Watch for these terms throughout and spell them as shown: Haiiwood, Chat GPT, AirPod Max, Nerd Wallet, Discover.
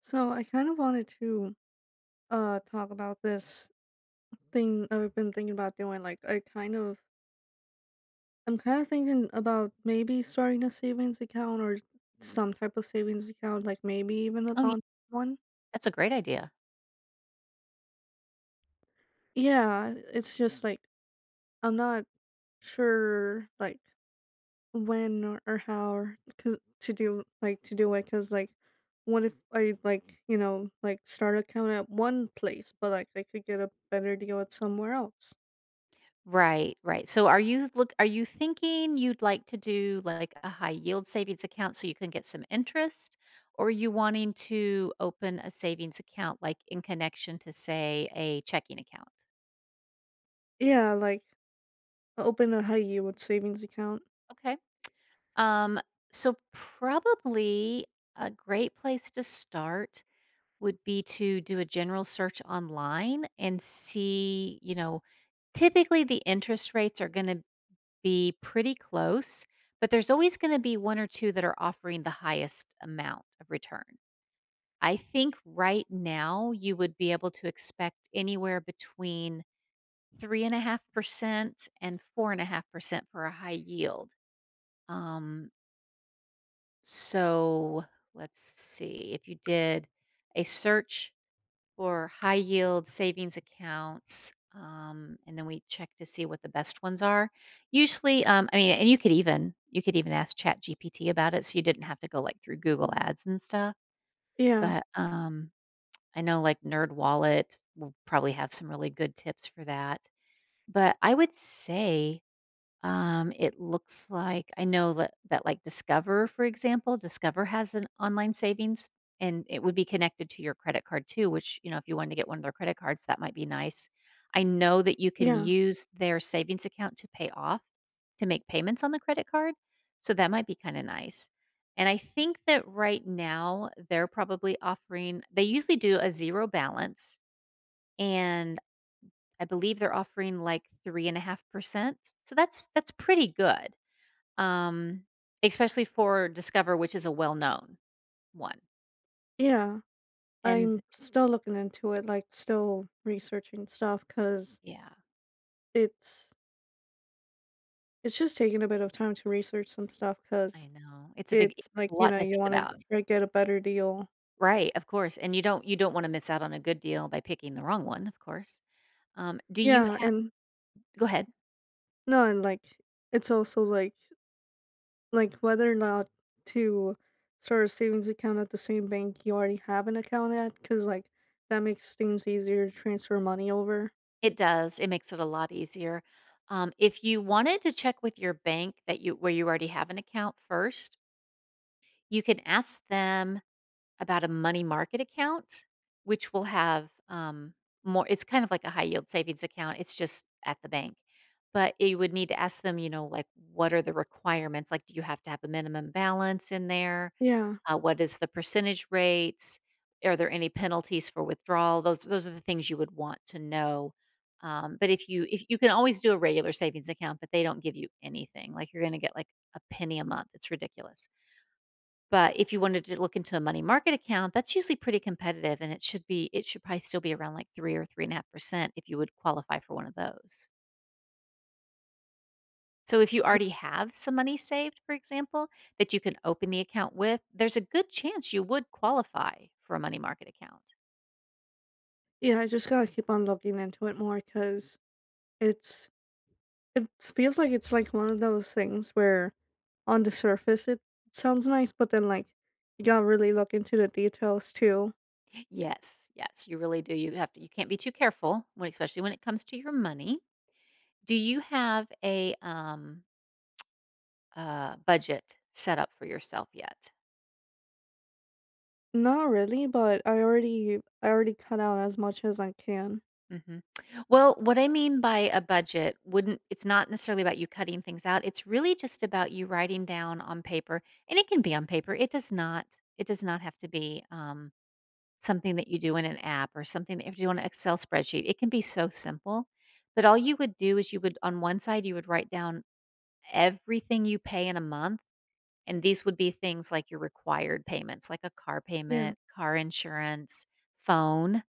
So I kind of wanted to talk about this thing I've been thinking about doing. I'm kind of thinking about maybe starting a savings account or some type of savings account, like maybe even a Oh, yeah, long one. that's a great idea. Yeah, it's just like I'm not sure like when or how or cause to do it because like what if I, like, you know, like, start an account at one place but like I could get a better deal at somewhere else. Right, right. So are you thinking you'd like to do like a high yield savings account so you can get some interest? Or are you wanting to open a savings account like in connection to say a checking account? Yeah, like open a Haiiwood savings account. Okay. Um, so probably a great place to start would be to do a general search online and see, you know, typically the interest rates are going to be pretty close, but there's always going to be one or two that are offering the highest amount of return. I think right now you would be able to expect anywhere between 3.5% and 4.5% for a high yield. Um, so let's see if you did a search for high yield savings accounts. And then we check to see what the best ones are. Usually, I mean, and you could even ask Chat GPT about it, so you didn't have to go like through Google Ads and stuff. Yeah, But I know like Nerd Wallet will probably have some really good tips for that. But I would say it looks like I know like, Discover, for example, Discover has an online savings, and it would be connected to your credit card too, which, you know, if you wanted to get one of their credit cards, that might be nice. I know that you can yeah, use their savings account to pay off to make payments on the credit card, so that might be kinda nice. And I think that right now, they're probably offering they usually do a 0 balance, and I believe they're offering, like, 3.5%, so that's pretty good. Um, Especially for Discover, which is a well-known one, yeah. and I'm still looking into it, like, still researching stuff because yeah, it's it's just taking a bit of time to research some stuff. I Cause know. It's a big it's, like, a you lot know, to you think wanna about. try get a better deal. Right, of course, and you don't wanna miss out on a good deal by picking the wrong one, of course. Do you Yeah, have? and Go ahead. no, and, like, it's also, like, whether or not to start a savings account at the same bank you already have an account at. Cause like, that makes things easier to transfer money over. It does, it makes it a lot easier. If you wanted to check with your bank that you where you already have an account first, you can ask them about a money market account, which will have, more it's kind of like a high yield savings account, it's just at the bank. But you would need to ask them, you know, like, what are the requirements? Like, do you have to have a minimum balance in there? Yeah. Yeah. What is the percentage rates? Are there any penalties for withdrawal? Those are the things you would want to know. But if you can always do a regular savings account, but they don't give you anything, like you're going to get like a penny a month. It's ridiculous. But if you wanted to look into a money market account, that's usually pretty competitive and it should probably still be around like 3 or 3.5% if you would qualify for one of those. So if you already have some money saved, for example, that you can open the account with, there's a good chance you would qualify for a money market account. Yeah, I just gotta keep on looking into it more because it's it feels like it's like one of those things where on the surface it sounds nice, but then like you gotta really look into the details too. Yes, yes, you really do. You have to. You can't be too careful when, especially when it comes to your money. Do you have a budget set up for yourself yet? Not really, but I already cut out as much as I can. Mhm. Well, what I mean by a budget wouldn't it's not necessarily about you cutting things out. It's really just about you writing down on paper, and it can be on paper. It does not have to be something that you do in an app or something that you have to do on an Excel spreadsheet. It can be so simple. But all you would do is you would on one side you would write down everything you pay in a month. And these would be things like your required payments, like a car Yeah, payment, car insurance, phone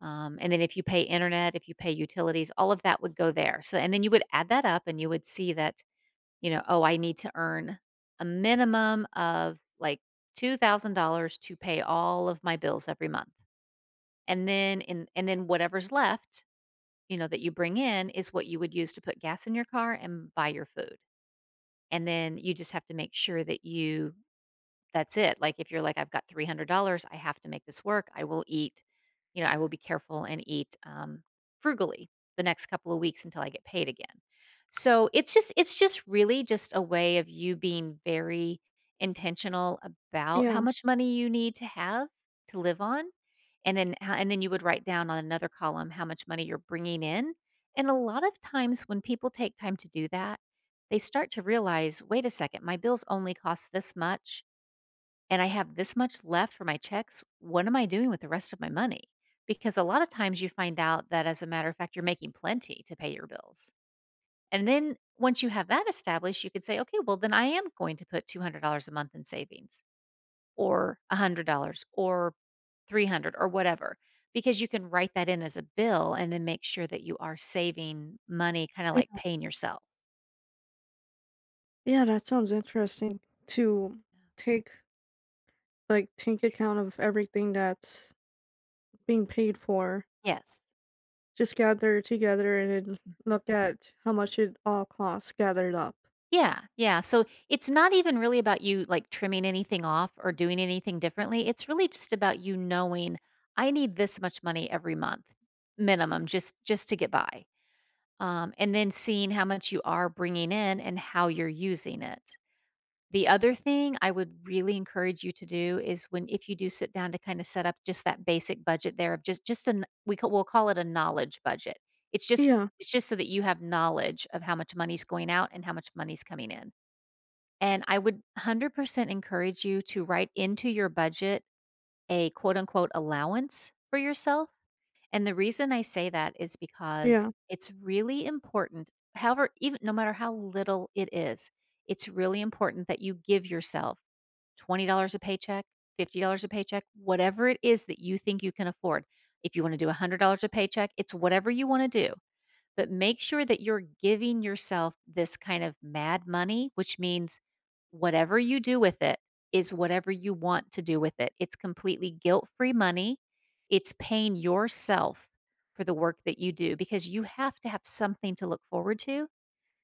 and then if you pay internet, if you pay utilities, all of that would go there. So, and then you would add that up and you would see that, you know, oh, I need to earn a minimum of like $2,000 to pay all of my bills every month. And then whatever's left, you know, that you bring in is what you would use to put gas in your car and buy your food. And then you just have to make sure that you that's it. Like if you're like, I've got $300, I have to make this work. I will eat, you know, I will be careful and eat frugally the next couple of weeks until I get paid again. So it's just really just a way of you being very intentional about how yeah, much money you need to have to live on. And then you would write down on another column how much money you're bringing in. And a lot of times when people take time to do that, they start to realize, wait a second, my bills only cost this much and I have this much left for my checks, what am I doing with the rest of my money? Because a lot of times you find out that, as a matter of fact, you're making plenty to pay your bills. And then once you have that established, you can say, okay, well, then I am going to put $200 a month in savings or $100 or 300 or whatever, because you can write that in as a bill and then make sure that you are saving money, kind of like yeah. paying yourself. Yeah, that sounds interesting to take like take account of everything that's being paid for. Yes. Just gather it together and then look at how much it all costs gathered up. Yeah, yeah. So it's not even really about you like trimming anything off or doing anything differently. It's really just about you knowing I need this much money every month minimum just to get by. And then seeing how much you are bringing in and how you're using it. The other thing I would really encourage you to do is when if you do sit down to kind of set up just that basic budget there of just an we ca- we'll call it a knowledge budget. It's just Yeah, it's just so that you have knowledge of how much money's going out and how much money's coming in and I would 100% encourage you to write into your budget a quote unquote allowance for yourself. And the reason I say that is because yeah. it's really important, however, even no matter how little it is, it's really important that you give yourself $20 a paycheck, $50 a paycheck, whatever it is that you think you can afford. If you want to do $100 a paycheck, it's whatever you want to do but make sure that you're giving yourself this kind of mad money, which means whatever you do with it is whatever you want to do with it. It's completely guilt free money. It's paying yourself for the work that you do because you have to have something to look forward to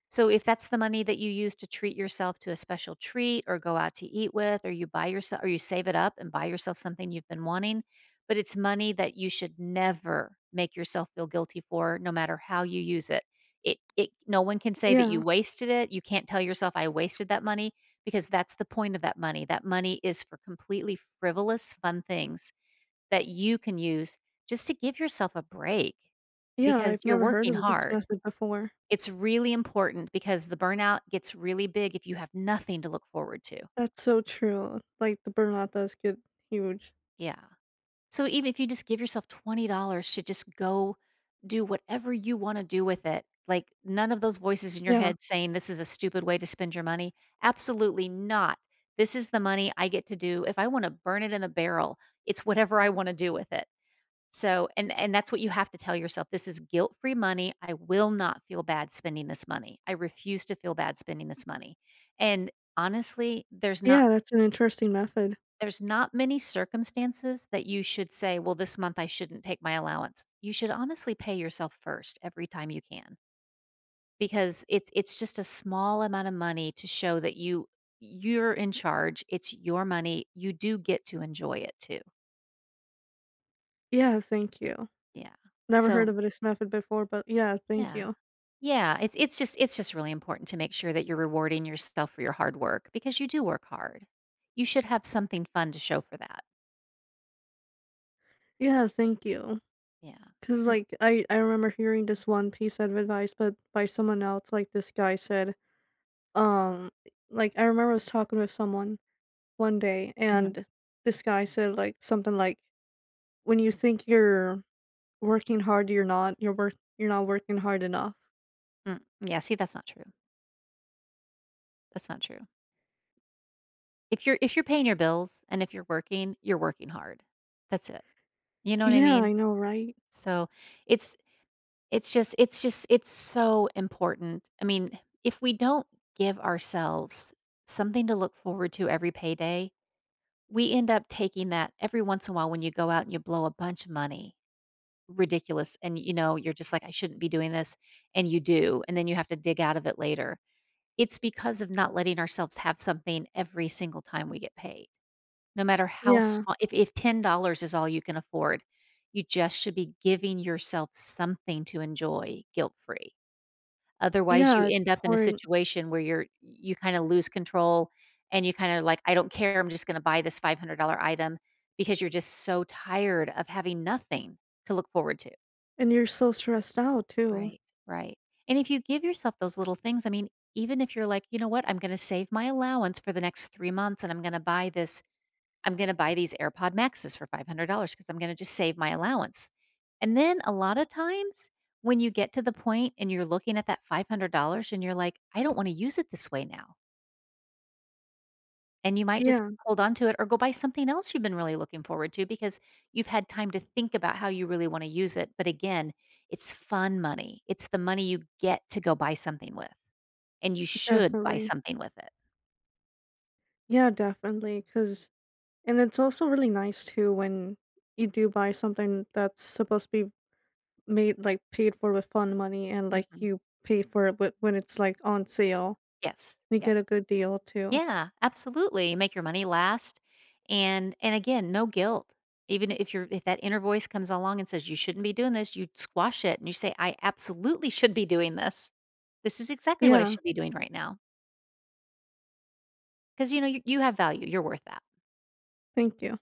so if that's the money that you use to treat yourself to a special treat or go out to eat with or you buy yourself or you save it up and buy yourself something you've been wanting, but it's money that you should never make yourself feel guilty for no matter how you use it. It no one can say that you Yeah. wasted it. You can't tell yourself I wasted that money because that's the point of that money. That money is for completely frivolous fun things that you can use just to give yourself a break Yeah, because I've you're never heard working of this hard. method before. It's really important because the burnout gets really big if you have nothing to look forward to. That's so true. Like, the burnout does get huge. Yeah. So even if you just give yourself $20 to just go do whatever you want to do with it, like none of those voices in your Yeah. head saying this is a stupid way to spend your money. Absolutely not. This is the money I get to do. If I want to burn it in the barrel, it's whatever I want to do with it. So and that's what you have to tell yourself, "This is guilt-free money. I will not feel bad spending this money. I refuse to feel bad spending this money." And honestly, there's not Yeah, that's an interesting method. there's not many circumstances that you should say, "Well, this month I shouldn't take my allowance." You should honestly pay yourself first every time you can because it's just a small amount of money to show that you're in charge. It's your money. You do get to enjoy it too. Yeah, thank you. Yeah. Never heard So, of this method before, but yeah, thank yeah. you. Yeah, it's just really important to make sure that you're rewarding yourself for your hard work because you do work hard. You should have something fun to show for that. Yeah, thank you. Yeah. Cause And like, I remember hearing this one piece of advice, but by someone else, like, this guy said, um like, I remember I was talking with someone one day, mhm, and this guy said, like, something like, "When you think you're working hard, you're not. You're not working hard enough." Yeah, see that's not true. That's not true. If you're paying your bills and if you're working, you're working hard. That's it. You know what I Yeah, mean? I know, right? So, it's it's just it's so important. I mean, if we don't give ourselves something to look forward to every payday, we end up taking that every once in a while when you go out and you blow a bunch of money, ridiculous, and, you know, you're just like, "I shouldn't be doing this," and you do, and then you have to dig out of it later. It's because of not letting ourselves have something every single time we get paid. No matter how Yeah. small if $10 is all you can afford, you just should be giving yourself something to enjoy guilt-free. Otherwise, you Yeah, it's end up in a important, situation where you kinda lose control and you kinda like, "I don't care, I'm just gonna buy this $500 item," because you're just so tired of having nothing to look forward to. and you're so stressed out too. Right, right. And if you give yourself those little things, I mean, even if you're like, "You know what? I'm gonna save my allowance for the next 3 months, and I'm gonna buy these AirPod Maxes for $500 because I'm gonna just save my allowance. And then a lot of times when you get to the point and you're looking at that $500 and you're like, I don't want to use it this way now. And you might just Yeah, hold on to it or go buy something else you've been really looking forward to because you've had time to think about how you really want to use it. But again, it's fun money. It's the money you get to go buy something with, and you should buy definitely. something with it. Yeah, definitely. Cause, and it's also really nice too when you do buy something that's supposed to be paid for with fun money and, like, Mhm. you pay for it with when it's, like, on sale. Yes. You Yes. get a good deal too. Yeah, absolutely. Make your money last. And again, no guilt. Even if you're if that inner voice comes along and says you shouldn't be doing this, you squash it and you say, I absolutely should be doing this. This is exactly what I Yeah, should be doing right now. Because you have value. You're worth that. thank you.